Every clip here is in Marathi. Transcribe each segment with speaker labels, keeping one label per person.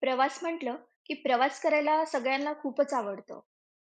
Speaker 1: प्रवास म्हटलं, की प्रवास करायला सगळ्यांना खूपच आवडतं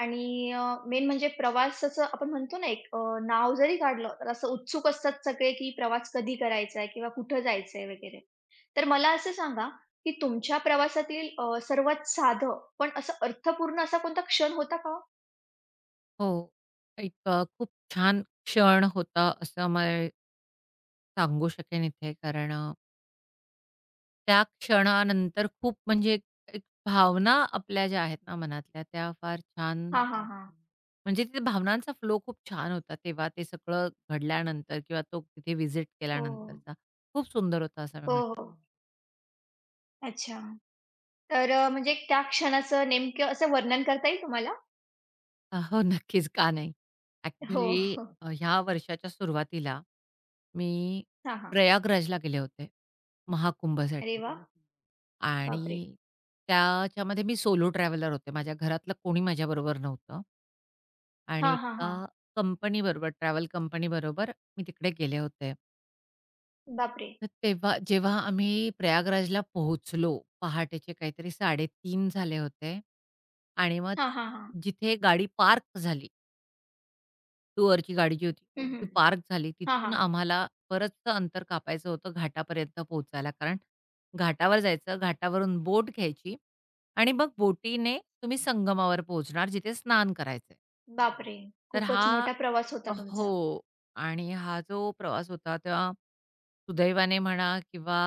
Speaker 1: आणि मेन म्हणजे प्रवासाचं आपण म्हणतो ना एक नाव जरी काढलं, तर असं उत्सुक असतात सगळे, की प्रवास कधी करायचा आहे किंवा कुठं जायचं आहे वगैरे. तर मला असं सांगा, की तुमच्या प्रवासातील सर्वात साधं पण असं अर्थपूर्ण असा कोणता क्षण होता का?
Speaker 2: हो. एक खूप छान क्षण होता असं मी सांगू शकेन इथे. कारण त्या क्षणानंतर खूप म्हणजे एक एक भावना आपल्या ज्या आहेत ना मनातल्या त्या फार छान
Speaker 1: हां, हां, हां, हां.
Speaker 2: म्हणजे तिथे भावनांचा फ्लो खूप छान होता तेव्हा ते सगळं घडल्यानंतर किंवा तो तिथे व्हिजिट
Speaker 1: हो,
Speaker 2: केल्यानंतरचा. खूप सुंदर होता असं मी
Speaker 1: हं,
Speaker 2: म्हणेन.
Speaker 1: हो, हो. हं. अच्छा. तर म्हणजे त्या क्षणाचं नेमकं असं वर्णन करता येईल तुम्हाला?
Speaker 2: हो, नक्कीच. का नाही?
Speaker 1: हो,
Speaker 2: ॲक्चुअली
Speaker 1: हो.
Speaker 2: ह्या वर्षाच्या सुरुवातीला मी
Speaker 1: हां, हां.
Speaker 2: प्रयागराजला गेले होते
Speaker 1: अरे
Speaker 2: महाकुंभसाठी.
Speaker 1: वाह! बापरे!
Speaker 2: आणि त्याच्यामध्ये मी सोलो ट्रॅव्हलर होते. माझ्या घरातलं कोणी माझ्याबरोबर नव्हतं आणि
Speaker 1: हां, हां,
Speaker 2: एका
Speaker 1: हां.
Speaker 2: कंपनीबरोबर, ट्रॅव्हल कंपनीबरोबर मी तिकडे गेले होते.
Speaker 1: बापरे!
Speaker 2: तर तेव्हा जेव्हा आम्ही प्रयागराजला पोहोचलो, पहाटेचे काहीतरी 3:30 झाले होते आणि मग
Speaker 1: हां, हां, हां.
Speaker 2: जिथे गाडी पार्क झाली टूअरची गाडी जी होती,
Speaker 1: हं, हं.
Speaker 2: ती पार्क झाली.
Speaker 1: हां,
Speaker 2: तिथून
Speaker 1: हां.
Speaker 2: आम्हाला बरचसं अंतर कापायचं होतं घाटापर्यंत पोहोचायला. कारण घाटावर जायचं, घाटावरून बोट घ्यायची आणि मग बोटीने तुम्ही संगमावर पोहोचणार, जिथे स्नान करायचंय.
Speaker 1: बापरे!
Speaker 2: तर हा
Speaker 1: खूपच मोठा प्रवास होता तुमचा.
Speaker 2: हो. आणि हा जो प्रवास होता तेव्हा सुदैवाने म्हणा किंवा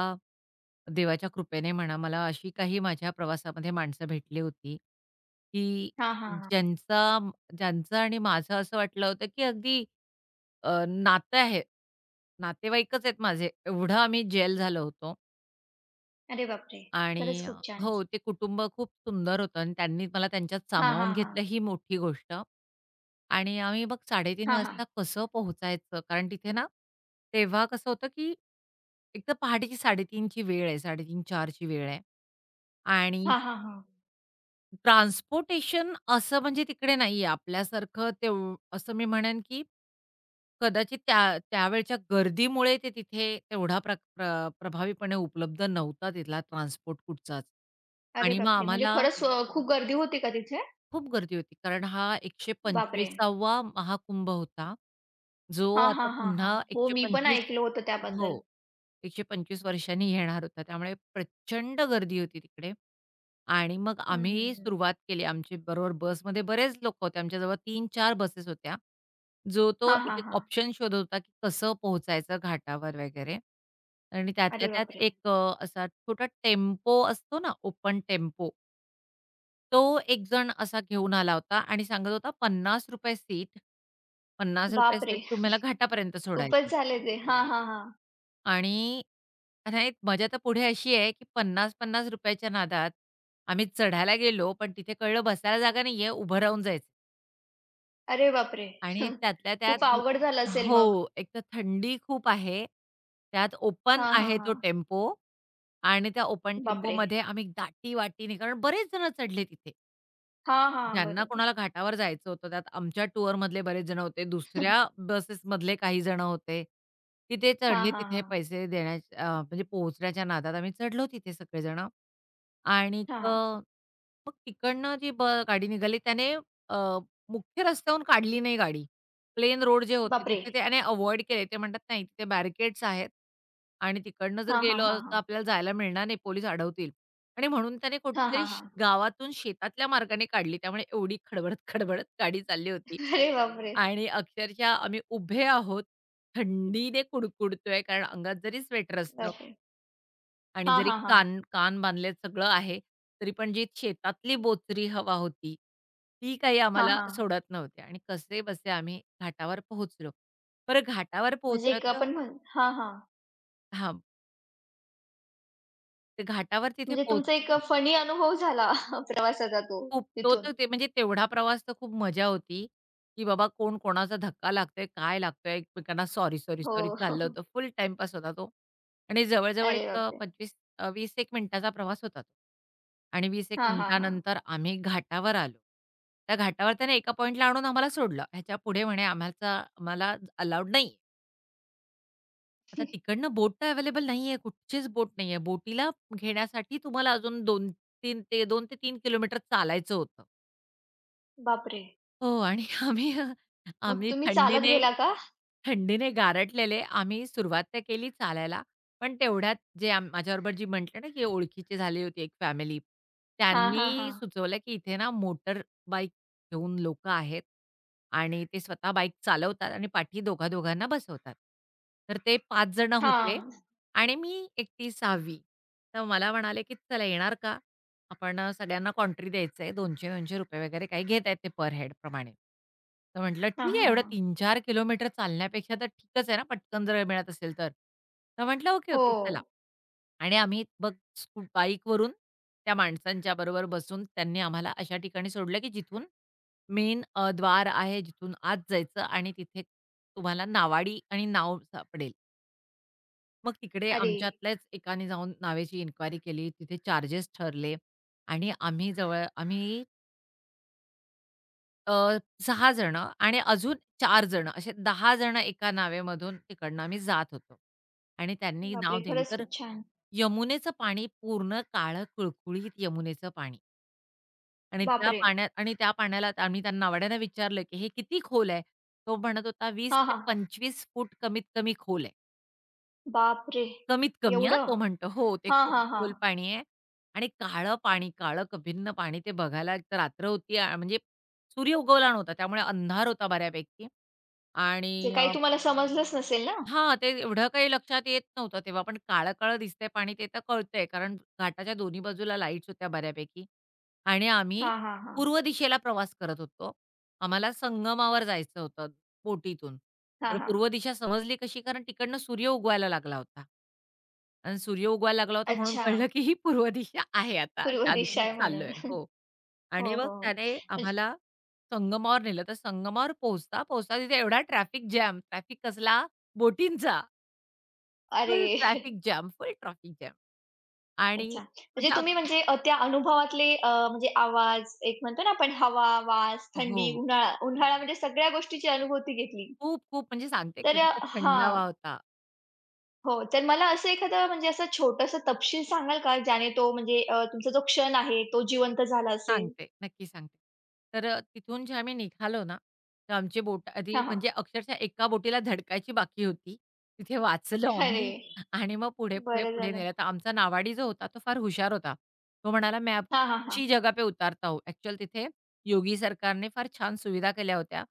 Speaker 2: देवाच्या कृपेने म्हणा, मला अशी काही माझ्या प्रवासामध्ये माणसं भेटली होती, की
Speaker 1: हां, हां, हां.
Speaker 2: ज्यांचा ज्यांचं आणि माझं असं वाटलं होतं, की अगदी नातं आहे. नातेवाईकच आहेत माझे. एवढं आम्ही जेल झालो होतो.
Speaker 1: अरे बापरे!
Speaker 2: आणि
Speaker 1: खरंच खूप छान.
Speaker 2: हो, ते कुटुंब खूप सुंदर होतं आणि त्यांनी मला त्यांच्यात
Speaker 1: हां,
Speaker 2: सामावून
Speaker 1: हां, हां.
Speaker 2: घेतलं ही मोठी गोष्ट. आणि आम्ही मग 3:30
Speaker 1: हां, हां.
Speaker 2: वाजता कसं पोहोचायचं? कारण तिथे ना, तेव्हा कसं होतं, की एक तर पहाटेची 3:30 ची वेळ आहे, 3:30-4 ची वेळ आहे. आणि
Speaker 1: हां, हां, हां.
Speaker 2: ट्रान्सपोर्टेशन असं म्हणजे तिकडे नाहीये आपल्यासारखं तेव असं मी म्हणेन, की कदाचित त्या त्यावेळच्या गर्दीमुळे ते तिथे तेवढा प्र प्र प्रभावीपणे उपलब्ध नव्हता तिथला ट्रान्सपोर्ट कुठचाच.
Speaker 1: अरे
Speaker 2: आणि मग
Speaker 1: बापरे! म्हणजे
Speaker 2: आम्हाला
Speaker 1: खरंच खूप गर्दी होती का तिथे?
Speaker 2: खूप गर्दी होती. कारण हा
Speaker 1: बापरे!
Speaker 2: 125 वा महाकुंभ होता. जो
Speaker 1: हां, हां,
Speaker 2: आता
Speaker 1: हां,
Speaker 2: पुन्हा
Speaker 1: हां. हो, मी पण
Speaker 2: 125
Speaker 1: ऐकलं होतं
Speaker 2: हो,
Speaker 1: त्याबद्दल.
Speaker 2: 125 वर्षांनी येणार होता. त्यामुळे प्रचंड गर्दी होती तिकडे आणि मग
Speaker 1: हं, हं,
Speaker 2: आम्ही
Speaker 1: हं.
Speaker 2: सुरुवात केली. आमची बरोबर बसमध्ये बरेच लोकं होते. आमच्याजवळ 3-4 बसेस होत्या. जो तो
Speaker 1: हां, हां,
Speaker 2: एक-एक
Speaker 1: हां.
Speaker 2: ऑप्शन शोधत होता, की कसं पोहोचायचं घाटावर वगैरे आणि त्यातल्या
Speaker 1: अरे
Speaker 2: त्यात
Speaker 1: बापरे!
Speaker 2: एक असा छोटा टेम्पो असतो ना, ओपन टेम्पो तो एक जण असा घेऊन आला होता आणि सांगत होता ₹50 सीट, ₹50 सीट
Speaker 1: बापरे!
Speaker 2: तुम्हाला घाटापर्यंत
Speaker 1: खूपच
Speaker 2: सोडायचं.
Speaker 1: झाले ते. हां, हां, हां.
Speaker 2: आणि नाही मजा तर पुढे अशी आहे, की ₹50-50 च्या नादात आम्ही चढायला गेलो, पण तिथे कळलं बसायला जागा नाहीये, उभं राहून जायचं.
Speaker 1: अरे बापरे!
Speaker 2: आणि त्यातल्या
Speaker 1: खूप
Speaker 2: त्यात
Speaker 1: अवघड झालं असेल
Speaker 2: हो,
Speaker 1: मग.
Speaker 2: एक तर थंडी खूप आहे. त्यात ओपन
Speaker 1: हां, हां,
Speaker 2: आहे तो
Speaker 1: हां.
Speaker 2: टेम्पो आणि त्या ओपन
Speaker 1: बापरे!
Speaker 2: टेम्पोमध्ये आम्ही दाटीवाटीने कारण बरेच जण चढले तिथे.
Speaker 1: हां, हां.
Speaker 2: ज्यांना
Speaker 1: बरोबर.
Speaker 2: कोणाला घाटावर जायचं होतं, त्यात आमच्या टूरमधले बरेच जण होते. दुसऱ्या बसेसमधले काही जण होते. तिथे
Speaker 1: हा
Speaker 2: चढले,
Speaker 1: हा
Speaker 2: तिथे
Speaker 1: हां.
Speaker 2: पैसे देण्याच्या म्हणजे पोहोचण्याच्या नादात आम्ही चढलो तिथे सगळेजण
Speaker 1: हां,
Speaker 2: आणिक
Speaker 1: हां.
Speaker 2: मग तिकडनं जी ब गाडी निघाली त्याने मुख्य रस्त्याहून काढली नाही गाडी. प्लेन रोड जे होते
Speaker 1: बापरे!
Speaker 2: तिथे त्याने अव्हॉइड केले. ते म्हणतात नाही तिथे बॅरिकेड्स आहेत आणि तिकडनं जर
Speaker 1: हां, हां,
Speaker 2: गेलो
Speaker 1: हां,
Speaker 2: तर
Speaker 1: हां.
Speaker 2: आपल्याला जायला मिळणार नाही, पोलीस अडवतील. आणि म्हणून त्याने
Speaker 1: हां,
Speaker 2: कुठेतरी
Speaker 1: हां,
Speaker 2: श
Speaker 1: हां.
Speaker 2: गावातून शेतातल्या मार्गाने काढली. त्यामुळे एवढी खडबडत-खडबडत गाडी चालली होती
Speaker 1: अरे बापरे!
Speaker 2: आणि अक्षरशः आम्ही उभे आहोत. थंडीने कुडकुडतोय कारण अंगात जरी स्वेटर असलं
Speaker 1: बापरे!
Speaker 2: आणि
Speaker 1: हां,
Speaker 2: जरी
Speaker 1: हां, हां.
Speaker 2: कान कान बांधले सगळं आहे, तरी पण जी शेतातली बोचरी हवा होती, ती काही
Speaker 1: हां,
Speaker 2: आम्हाला
Speaker 1: हां.
Speaker 2: सोडत नव्हती आणि कसेबसे आम्ही घाटावर पोहोचलो. बरं घाटावर
Speaker 1: म्हणजे
Speaker 2: पोहोचलं
Speaker 1: एक
Speaker 2: तर
Speaker 1: आपण म्हण हां, हां.
Speaker 2: हां, ते घाटावर तिथे
Speaker 1: म्हणजे तुमचा एक
Speaker 2: पोहोचलो.
Speaker 1: फनी अनुभव झाला प्रवासाचा तो
Speaker 2: खूप. तो
Speaker 1: तिथून.
Speaker 2: तर ते म्हणजे तेवढा प्रवास तर खूप मजा होती, की बाबा कोण कोणाचा धक्का लागतोय, काय लागतोय, एकमेकांना सॉरी, सॉरी,
Speaker 1: हो,
Speaker 2: सॉरी चाललं
Speaker 1: हो.
Speaker 2: होतं. फुल टाईमपास होता तो आणि जवळ-जवळ
Speaker 1: अरे
Speaker 2: एक
Speaker 1: बापरे!
Speaker 2: 25 20 एक मिनिटाचा प्रवास होता तो आणि 20 एक
Speaker 1: हां, हां, हां.
Speaker 2: मिनिटानंतर आम्ही घाटावर आलो. त्या घाटावर त्याने एका पॉइंटला आणून आम्हाला सोडलं. ह्याच्या पुढे म्हणे आम्हाला आम्हाला अलाउड नाहीये. आता तिकडनं बोट तर अवेलेबल नाहीये, कुठचीच बोट नाहीये. बोटीला घेण्यासाठी तुम्हाला अजून 2-3 ते 2 ते 3 किलोमीटर चालायचं होतं.
Speaker 1: बापरे!
Speaker 2: हो आणि आम्ही
Speaker 1: मग
Speaker 2: आम्ही
Speaker 1: तुम्ही चालत
Speaker 2: थंडीने
Speaker 1: गेला का?
Speaker 2: थंडीने गारटलेले, आम्ही सुरुवात तर केली चालायला. पण तेवढ्यात जे माझ्याबरोबर जी म्हटलं ना, की ओळखीची झाली होती एक फॅमिली,
Speaker 1: हां, हां,
Speaker 2: त्यांनी
Speaker 1: हां.
Speaker 2: सुचवलं, की इथे ना मोटर बाईक घेऊन लोकं आहेत आणि ते स्वतः बाईक चालवतात आणि पाठी दोघा-दोघांना बसवतात. तर ते 5 जण होते
Speaker 1: हां.
Speaker 2: आणि मी एकटी 6वी. तर मला म्हणाले, की "चला येणार का?" आपण सगळ्यांना कॉन्ट्री द्यायचं आहे. ₹200-200 वगैरे काही घेत आहेत ते पर हेड प्रमाणे. तर म्हटलं,
Speaker 1: हां,
Speaker 2: "ठीक आहे,
Speaker 1: हां,
Speaker 2: एवढं
Speaker 1: हां.
Speaker 2: 3-4 किलोमीटर चालण्यापेक्षा तर ठीकच आहे ना, पटकन जर मिळत असेल तर." तर म्हटलं, "ओके,
Speaker 1: हो.
Speaker 2: ओके, चला." आणि आम्ही बघ स्कू बाईकवरून त्या माणसांच्या बरोबर बसून त्यांनी आम्हाला अशा ठिकाणी सोडलं, की जिथून मेन द्वार आहे, जिथून आत जायचं आणि तिथे तुम्हाला नावाडी आणि नाव सापडेल. मग तिकडे
Speaker 1: अरे
Speaker 2: आमच्यातल्याच एकाने जाऊन नावेची इन्क्वायरी केली. तिथे चार्जेस ठरले आणि आम्ही अ, 6 जणं आणि अजून 4 जणं असे 10 जणं एका नावेमधून तिकडनं आम्ही जात होतो. आणि त्यांनी
Speaker 1: बापरे!
Speaker 2: नाव दिली
Speaker 1: खरंच
Speaker 2: तर
Speaker 1: खूप छान.
Speaker 2: यमुनेचं पाणी पूर्ण काळं कुळकुळीत यमुनेचं पाणी आणि त्या
Speaker 1: बापरे!
Speaker 2: पाण्यात आणि त्या पाण्याला आम्ही त्या नावाड्यानं विचारलं, की "हे किती खोल आहे?" तो म्हणत होता, "20
Speaker 1: हां,
Speaker 2: ते
Speaker 1: हां.
Speaker 2: 25 फूट कमीत कमी खोल आहे."
Speaker 1: बापरे!
Speaker 2: कमीत कमी हां,
Speaker 1: एवढं?
Speaker 2: तो म्हणतो. हो, ते
Speaker 1: हां,
Speaker 2: खूप
Speaker 1: हां, हां.
Speaker 2: खोल पाणी आहे आणि काळं पाणी, काळं भिन्न पाणी ते बघायला एक तर रात्र होती, म्हणजे सूर्य उगवला नव्हता, त्यामुळे अंधार होता बऱ्यापैकी आणि
Speaker 1: जे काही
Speaker 2: अ,
Speaker 1: तुम्हाला समजलंच नसेल ना?
Speaker 2: हां, ते एवढं काही लक्षात येत नव्हतं तेव्हा, पण काळं-काळं दिसतंय पाणी ते तर कळतंय, कारण घाटाच्या दोन्ही बाजूला लाईट्स होत्या बऱ्यापैकी आणि आम्ही
Speaker 1: हां, हां, हां.
Speaker 2: पूर्व दिशेला प्रवास करत होतो. आम्हाला संगमावर जायचं होतं बोटीतून.
Speaker 1: हां,
Speaker 2: तर
Speaker 1: हां.
Speaker 2: पूर्व दिशा समजली कशी? कारण तिकडनं सूर्य उगवायला लागला होता आणि सूर्य उगवायला लागला होता म्हणून
Speaker 1: अच्छा.
Speaker 2: कळलं की ही पूर्व दिशा आहे आता,
Speaker 1: पूर्व
Speaker 2: त्या
Speaker 1: दिशा
Speaker 2: दिशेने
Speaker 1: आहे म्हणून.
Speaker 2: चाललोय. हो.
Speaker 1: हो,
Speaker 2: आणि
Speaker 1: हो.
Speaker 2: मग
Speaker 1: हो.
Speaker 2: त्याने
Speaker 1: म्हणजे
Speaker 2: आम्हाला संगमावर नेलं. तर संगमावर पोहोचता, पोहोचता तिथे एवढा ट्रॅफिक जॅम, ट्रॅफिक कसला? बोटींचा.
Speaker 1: अरे!
Speaker 2: Full traffic jam, full traffic jam. आणि
Speaker 1: अच्छा. म्हणजे
Speaker 2: म्हणजे
Speaker 1: तुम्ही म्हणजे त्या अनुभवातले म्हणजे आवाज, एक म्हणतो ना आपण हवा, वास,
Speaker 2: हो.
Speaker 1: थंडी, उन्हाळा उन्हाळा म्हणजे सगळ्या गोष्टीची अनुभूती घेतली.
Speaker 2: खूप, खूप म्हणजे सांगते
Speaker 1: तर
Speaker 2: का
Speaker 1: अ,
Speaker 2: तिथे
Speaker 1: हां.
Speaker 2: थंडावा होता.
Speaker 1: हो. तर मला असं एखादं म्हणजे असं छोटंसं तपशील सांगाल का ज्याने तो म्हणजे तुमचा जो क्षण आहे तो जिवंत झाला असेल?
Speaker 2: सांगते, नक्की सांगते. तर तिथून जे आम्ही निघालो ना, तर आमची बोट आधी
Speaker 1: हां, हां.
Speaker 2: म्हणजे अक्षरशः एका बोटीला धडकायची बाकी होती. तिथे वाचलो
Speaker 1: अरे!
Speaker 2: आम्ही आणि मग पुढे, पुढे,
Speaker 1: बरं
Speaker 2: पुढे
Speaker 1: झालं.
Speaker 2: नेलं. तर आमचा नावाडी जो होता तो फार हुशार होता. तो म्हणाला, "मैं आपको
Speaker 1: हां, हां, हां.
Speaker 2: अच्छी जगह पे उतारता हूँ." ॲक्चुअल तिथे योगी सरकारने फार छान सुविधा केल्या होत्या,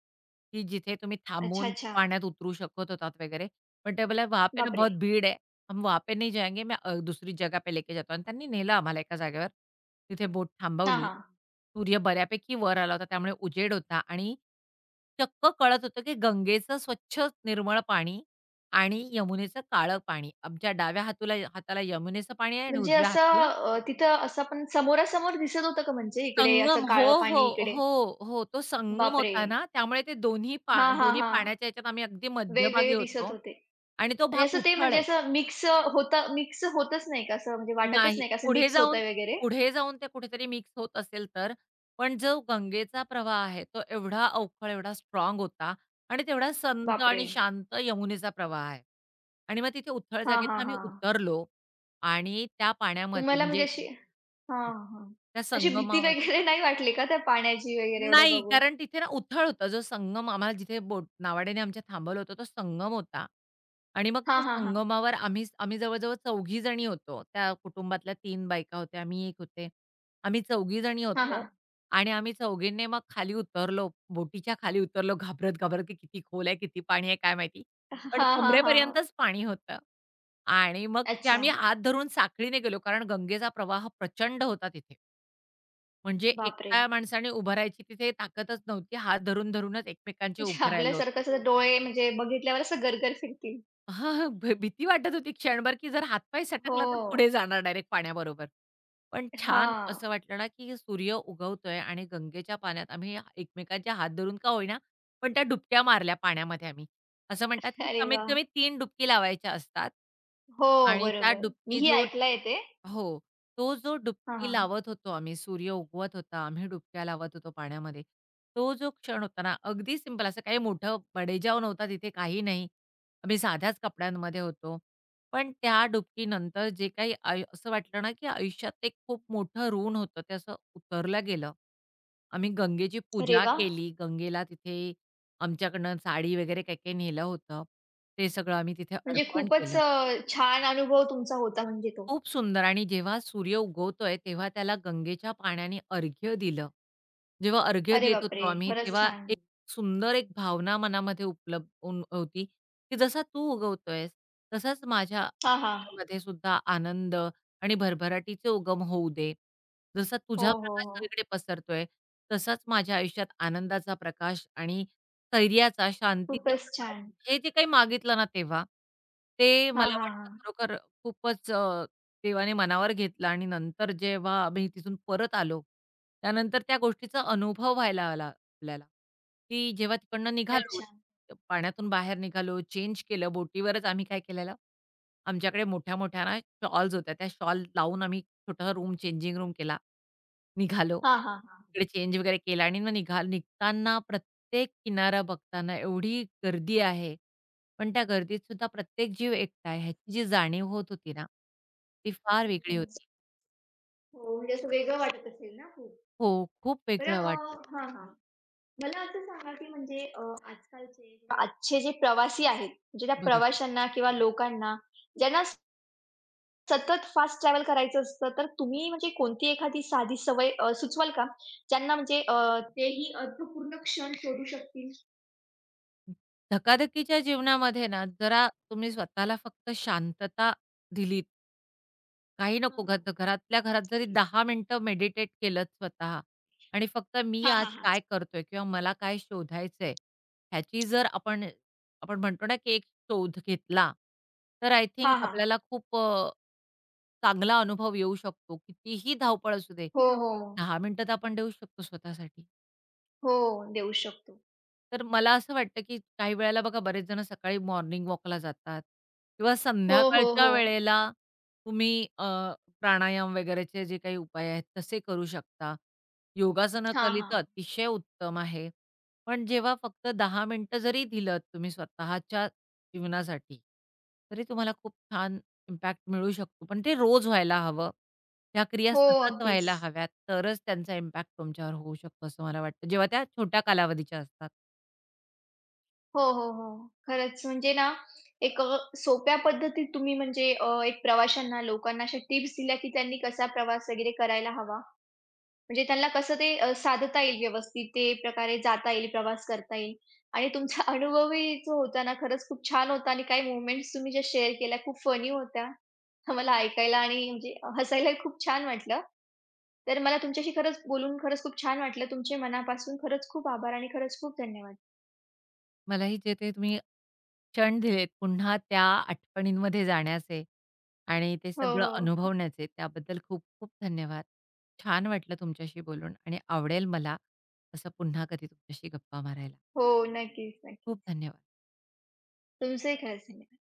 Speaker 2: की जिथे तुम्ही
Speaker 1: अच्छा,
Speaker 2: थांबून
Speaker 1: अच्छा.
Speaker 2: पाण्यात उतरू शकत होतात वगैरे. बट बोला, "वहाँ पे ना
Speaker 1: बापरे!
Speaker 2: बहुत भीड़ है हम वहाँ पे नहीं जाएँगे, मैं दूसरी जगह पे लेके जाता हूँ." आणि त्यांनी नेलं आम्हाला एका जागेवर. तिथे बोट
Speaker 1: हां,
Speaker 2: थांबवली.
Speaker 1: हां.
Speaker 2: सूर्य बऱ्यापैकी वर आला होता, त्यामुळे उजेड होता आणि चक्क कळत होतं, की गंगेचं स्वच्छ निर्मळ पाणी आणि यमुनेचं काळं पाणी. आमच्या डाव्या हाताला यमुनेचं पाणी आहे आणि
Speaker 1: म्हणजे
Speaker 2: उजव्या
Speaker 1: असं
Speaker 2: हाताला
Speaker 1: तिथं असं पण समोरासमोर दिसत होतं का म्हणजे इकडे असं
Speaker 2: संगम. हो,
Speaker 1: काळं पाणी
Speaker 2: हो,
Speaker 1: इकडे?
Speaker 2: हो, हो. तो
Speaker 1: हो.
Speaker 2: संगम
Speaker 1: बापरे!
Speaker 2: होता ना, त्यामुळे ते
Speaker 1: हां, हां,
Speaker 2: दोन्ही
Speaker 1: हां.
Speaker 2: पाण्याच्या ह्याच्यात आम्ही अगदी मध्यभागी
Speaker 1: वेगवेगळे दिसत
Speaker 2: होतो
Speaker 1: होते
Speaker 2: आणि तो
Speaker 1: आणि
Speaker 2: भाग
Speaker 1: असं ते
Speaker 2: उथळ
Speaker 1: म्हणजे
Speaker 2: आहे.
Speaker 1: असं मिक्स होतं मिक्स होतच नाही का? असं म्हणजे वाटतच
Speaker 2: नाही.
Speaker 1: नाही का असं
Speaker 2: पुढे
Speaker 1: मिक्स
Speaker 2: जाऊन
Speaker 1: होतंय वगैरे?
Speaker 2: पुढे जाऊन ते कुठेतरी मिक्स होत असेल तर. पण जो गंगेचा प्रवाह आहे, तो एवढा अवखळ, एवढा स्ट्रॉंग होता आणि तेवढा संत
Speaker 1: बापरे!
Speaker 2: आणि शांत यमुनेचा प्रवाह आहे. आणि मग तिथे उथळ
Speaker 1: हां, हां,
Speaker 2: जागेतनं आम्ही
Speaker 1: हां.
Speaker 2: उतरलो आणि त्या पाण्यामध्ये
Speaker 1: तुम्हाला म्हणजे
Speaker 2: म्हणजे
Speaker 1: अशी हां, हां.
Speaker 2: त्या
Speaker 1: अशी भीती
Speaker 2: संगमावर
Speaker 1: वगैरे नाही वाटली का त्या पाण्याची वगैरे एवढं
Speaker 2: नाही,
Speaker 1: बघून?
Speaker 2: कारण तिथे ना उथळ होतं. जो संगम आम्हाला जिथे बोट नावाड्याने आमच्या थांबवलं होतं, तो संगम होता. आणि मग
Speaker 1: हां,
Speaker 2: त्या
Speaker 1: हां, हां.
Speaker 2: संगमावर आम्ही आम्ही जवळ-जवळ चौघी जणी होतो. त्या कुटुंबातल्या 3 बायका होत्या, मी एक होते. आम्ही 4घी जणी
Speaker 1: हां,
Speaker 2: होतो
Speaker 1: हां.
Speaker 2: आणि आम्ही 4घींनी मग खाली उतरलो, बोटीच्या खाली उतरलो घाबरत-घाबरत, की किती खोल आहे, किती पाणी आहे काय माहिती. पण
Speaker 1: हां, हां, हां.
Speaker 2: कमरेपर्यंतच पाणी होतं. आणि मग तिथे
Speaker 1: अच्छा.
Speaker 2: आम्ही हात धरून साखळीने गेलो, कारण गंगेचा प्रवाह प्रचंड होता तिथे. म्हणजे
Speaker 1: बापरे!
Speaker 2: एकट्या माणसाने उभं राहायची तिथे ताकदच नव्हती. हात धरून, धरूनच एकमेकांचे
Speaker 1: म्हणजे
Speaker 2: उभे राहिलो होतो.
Speaker 1: आपल्यासारखं असं डोळे म्हणजे बघितल्यावर असं गर फिरतील.
Speaker 2: हां, हां. भीती वाटत होती क्षणभर, की जर हातपाय
Speaker 1: हो.
Speaker 2: सटकला तर पुढे जाणार डायरेक्ट पाण्याबरोबर. पण छान
Speaker 1: हां.
Speaker 2: असं वाटलं ना, की सूर्य उगवतोय आणि गंगेच्या पाण्यात आम्ही एकमेकांचे हात धरून का होईना, पण त्या डुबक्या मारल्या पाण्यामध्ये आम्ही. असं म्हणतात, की
Speaker 1: अरे
Speaker 2: कमीत
Speaker 1: वाह!
Speaker 2: कमी 3 डुबकी लावायच्या असतात
Speaker 1: हो,
Speaker 2: आणि त्या
Speaker 1: बरोबर.
Speaker 2: डुबकी
Speaker 1: मीही
Speaker 2: जो
Speaker 1: ऐकलंय ते.
Speaker 2: हो. तो जो
Speaker 1: हां,
Speaker 2: डुबकी
Speaker 1: हां.
Speaker 2: लावत होतो आम्ही, सूर्य उगवत होता, आम्ही डुबक्या लावत होतो पाण्यामध्ये. तो जो क्षण होता ना, अगदी सिंपल असं काही मोठं बडेजाव नव्हता तिथे, काही नाही. आम्ही साध्याच कपड्यांमध्ये होतो. पण त्या डुबकीनंतर जे काही असं वाटलं ना, की आयुष्यात एक खूप मोठं ऋण होतं, ते असं उतरलं गेलं. आम्ही गंगेची
Speaker 1: अरे
Speaker 2: पूजा
Speaker 1: वाह!
Speaker 2: केली. गंगेला तिथे आमच्याकडनं साडी वगैरे काय-काय नेलं होतं. ते सगळं आम्ही तिथे
Speaker 1: म्हणजे
Speaker 2: अर्पण
Speaker 1: खूपच
Speaker 2: केलं.
Speaker 1: छान अनुभव तुमचा होता म्हणजे तो.
Speaker 2: खूप सुंदर आणि जेव्हा सूर्य उगवतोय, तेव्हा त्याला गंगेच्या पाण्याने अर्घ्य दिलं. जेव्हा अर्घ्य
Speaker 1: अरे
Speaker 2: देत
Speaker 1: बापरे!
Speaker 2: होतो
Speaker 1: हो,
Speaker 2: आम्ही,
Speaker 1: खरंच खूपच
Speaker 2: तेव्हा
Speaker 1: छान. छान.
Speaker 2: एक सुंदर एक भावना मनामध्ये उपलब्ध उन होती, की जसा तू उगवतोयस, तसाच माझ्या
Speaker 1: हां, हां.
Speaker 2: आयुष्यामध्ये सुद्धा आनंद आणि भरभराटीचे उगम होऊ दे. जसा
Speaker 1: हो,
Speaker 2: तुझा
Speaker 1: हो,
Speaker 2: प्रकाश
Speaker 1: हो. हं.
Speaker 2: सगळीकडे पसरतोय, तसाच माझ्या आयुष्यात आनंदाचा प्रकाश आणि स्थैर्याचा, शांतीचा
Speaker 1: खूपच
Speaker 2: प्रकाश
Speaker 1: छान.
Speaker 2: हे जे काही मागितलं ना तेव्हा, ते
Speaker 1: हां,
Speaker 2: मला
Speaker 1: हां,
Speaker 2: वाटतं
Speaker 1: हां.
Speaker 2: खरोखर खूपच देवाने मनावर घेतलं आणि नंतर जेव्हा आम्ही तिथून परत आलो त्यानंतर त्या गोष्टीचा अनुभव व्हायला आला आपल्याला, की जेव्हा तिकडनं निघालो,
Speaker 1: अच्छा.
Speaker 2: पाण्यातून बाहेर निघालो, चेंज केलं. बोटीवरच आम्ही काय केलेलं, आमच्याकडे मोठ्या-मोठ्या ना शॉल्स होत्या. त्या शॉल लावून आम्ही छोटा रूम चेंजिंग रूम केला. निघालो.
Speaker 1: हां, हां, हां.
Speaker 2: तिकडे चेंज वगैरे केला आणि मग निघताना प्रत्येक किनारा बघताना एवढी गर्दी आहे. पण त्या गर्दीत सुद्धा प्रत्येक जीव एकटा आहे ह्याची जी जाणीव होत होती ना, ती फार वेगळी
Speaker 1: हं.
Speaker 2: होती.
Speaker 1: हो, म्हणजे असं वेगळं वाटत असेल ना खूप.
Speaker 2: हो, खूप
Speaker 1: बरं
Speaker 2: वेगळं
Speaker 1: अ,
Speaker 2: वाटलं.
Speaker 1: हां, हां. मला असं सांगा, की म्हणजे आजकालचे आजचे जे प्रवासी आहेत, म्हणजे त्या
Speaker 2: बरोबर.
Speaker 1: प्रवाशांना किंवा लोकांना ज्यांना सतत फास्ट ट्रॅव्हल करायचं असतं, तर तुम्ही म्हणजे कोणती एखादी साधी सवय सुचवाल का? ज्यांना म्हणजे अ, तेही अर्थपूर्ण क्षण शोधू शकतील?
Speaker 2: धकाधकीच्या जीवनामध्ये ना, जरा तुम्ही स्वतःला फक्त शांतता दिलीत, काही
Speaker 1: हां,
Speaker 2: नको
Speaker 1: हां.
Speaker 2: घरातल्या घरात जरी 10 मिनिटं मेडिटेट केलत स्वतः आणि फक्त मी
Speaker 1: हां,
Speaker 2: आज
Speaker 1: हां, हां.
Speaker 2: काय करतोय किंवा मला काय शोधायचंय, ह्याची जर आपण आपण म्हणतो ना, की एक शोध घेतला, तर आय थिंक
Speaker 1: हां, हां.
Speaker 2: आपल्याला खूप चांगला अनुभव येऊ शकतो. कितीही धावपळ असू दे,
Speaker 1: हो, हो.
Speaker 2: 10 मिनिटं तर आपण देऊ शकतो स्वतःसाठी.
Speaker 1: हो, देऊ शकतो.
Speaker 2: तर मला असं वाटतं, की काही वेळेला बघा बरेच जण सकाळी मॉर्निंग वॉकला जातात किंवा
Speaker 1: हो, हो,
Speaker 2: संध्याकाळच्या
Speaker 1: हो. हां.
Speaker 2: वेळेला तुम्ही प्राणायाम वगैरेचे जे काही उपाय आहेत तसे करू शकता. योगासनं केली तर
Speaker 1: हां,
Speaker 2: अतिशय उत्तम आहे. पण जेव्हा फक्त 10 मिनिटं जरी दिलत तुम्ही स्वतःच्या जीवनासाठी, तरी तुम्हाला खूप छान इम्पॅक्ट मिळू शकतो. पण ते रोज व्हायला हवं. ह्या क्रिया
Speaker 1: हो,
Speaker 2: सतत
Speaker 1: अगदीच.
Speaker 2: व्हायला हव्यात, तरच त्यांचा इम्पॅक्ट तुमच्यावर होऊ शकतो असं मला वाटतं, जेव्हा त्या छोट्या कालावधीच्या असतात.
Speaker 1: हो, हो, हो. खरंच म्हणजे ना, एक सोप्या पद्धतीत तुम्ही म्हणजे एक प्रवाशांना, लोकांना अशा टिप्स दिल्या, की त्यांनी कसा प्रवास वगैरे करायला हवा. म्हणजे त्यांना कसं ते साधता येईल व्यवस्थित, ते प्रकारे जाता येईल, प्रवास करता येईल आणि तुमचा अनुभवही जो होता ना, खरंच खूप छान होता आणि काही मोमेंट्स तुम्ही ज्या शेअर केल्या खूप फनी होत्या. मला ऐकायला आणि म्हणजे हसायलाही खूप छान वाटलं. तर मला तुमच्याशी खरंच बोलून खरंच खूप छान वाटलं. तुमचे मनापासून खरंच खूप आभार आणि खरंच खूप धन्यवाद.
Speaker 2: मलाही जे ते तुम्ही क्षण दिलेत, पुन्हा त्या आठवणींमध्ये जाण्याचे आणि ते
Speaker 1: हो,
Speaker 2: सगळं
Speaker 1: हो.
Speaker 2: अनुभवण्याचे, त्याबद्दल खूप-खूप धन्यवाद. छान वाटलं तुमच्याशी बोलून आणि आवडेल मला असं पुन्हा कधी तुमच्याशी गप्पा मारायला.
Speaker 1: हो, नक्कीच, नक्कीच.
Speaker 2: खूप धन्यवाद.
Speaker 1: तुमचंही खरंच धन्यवाद.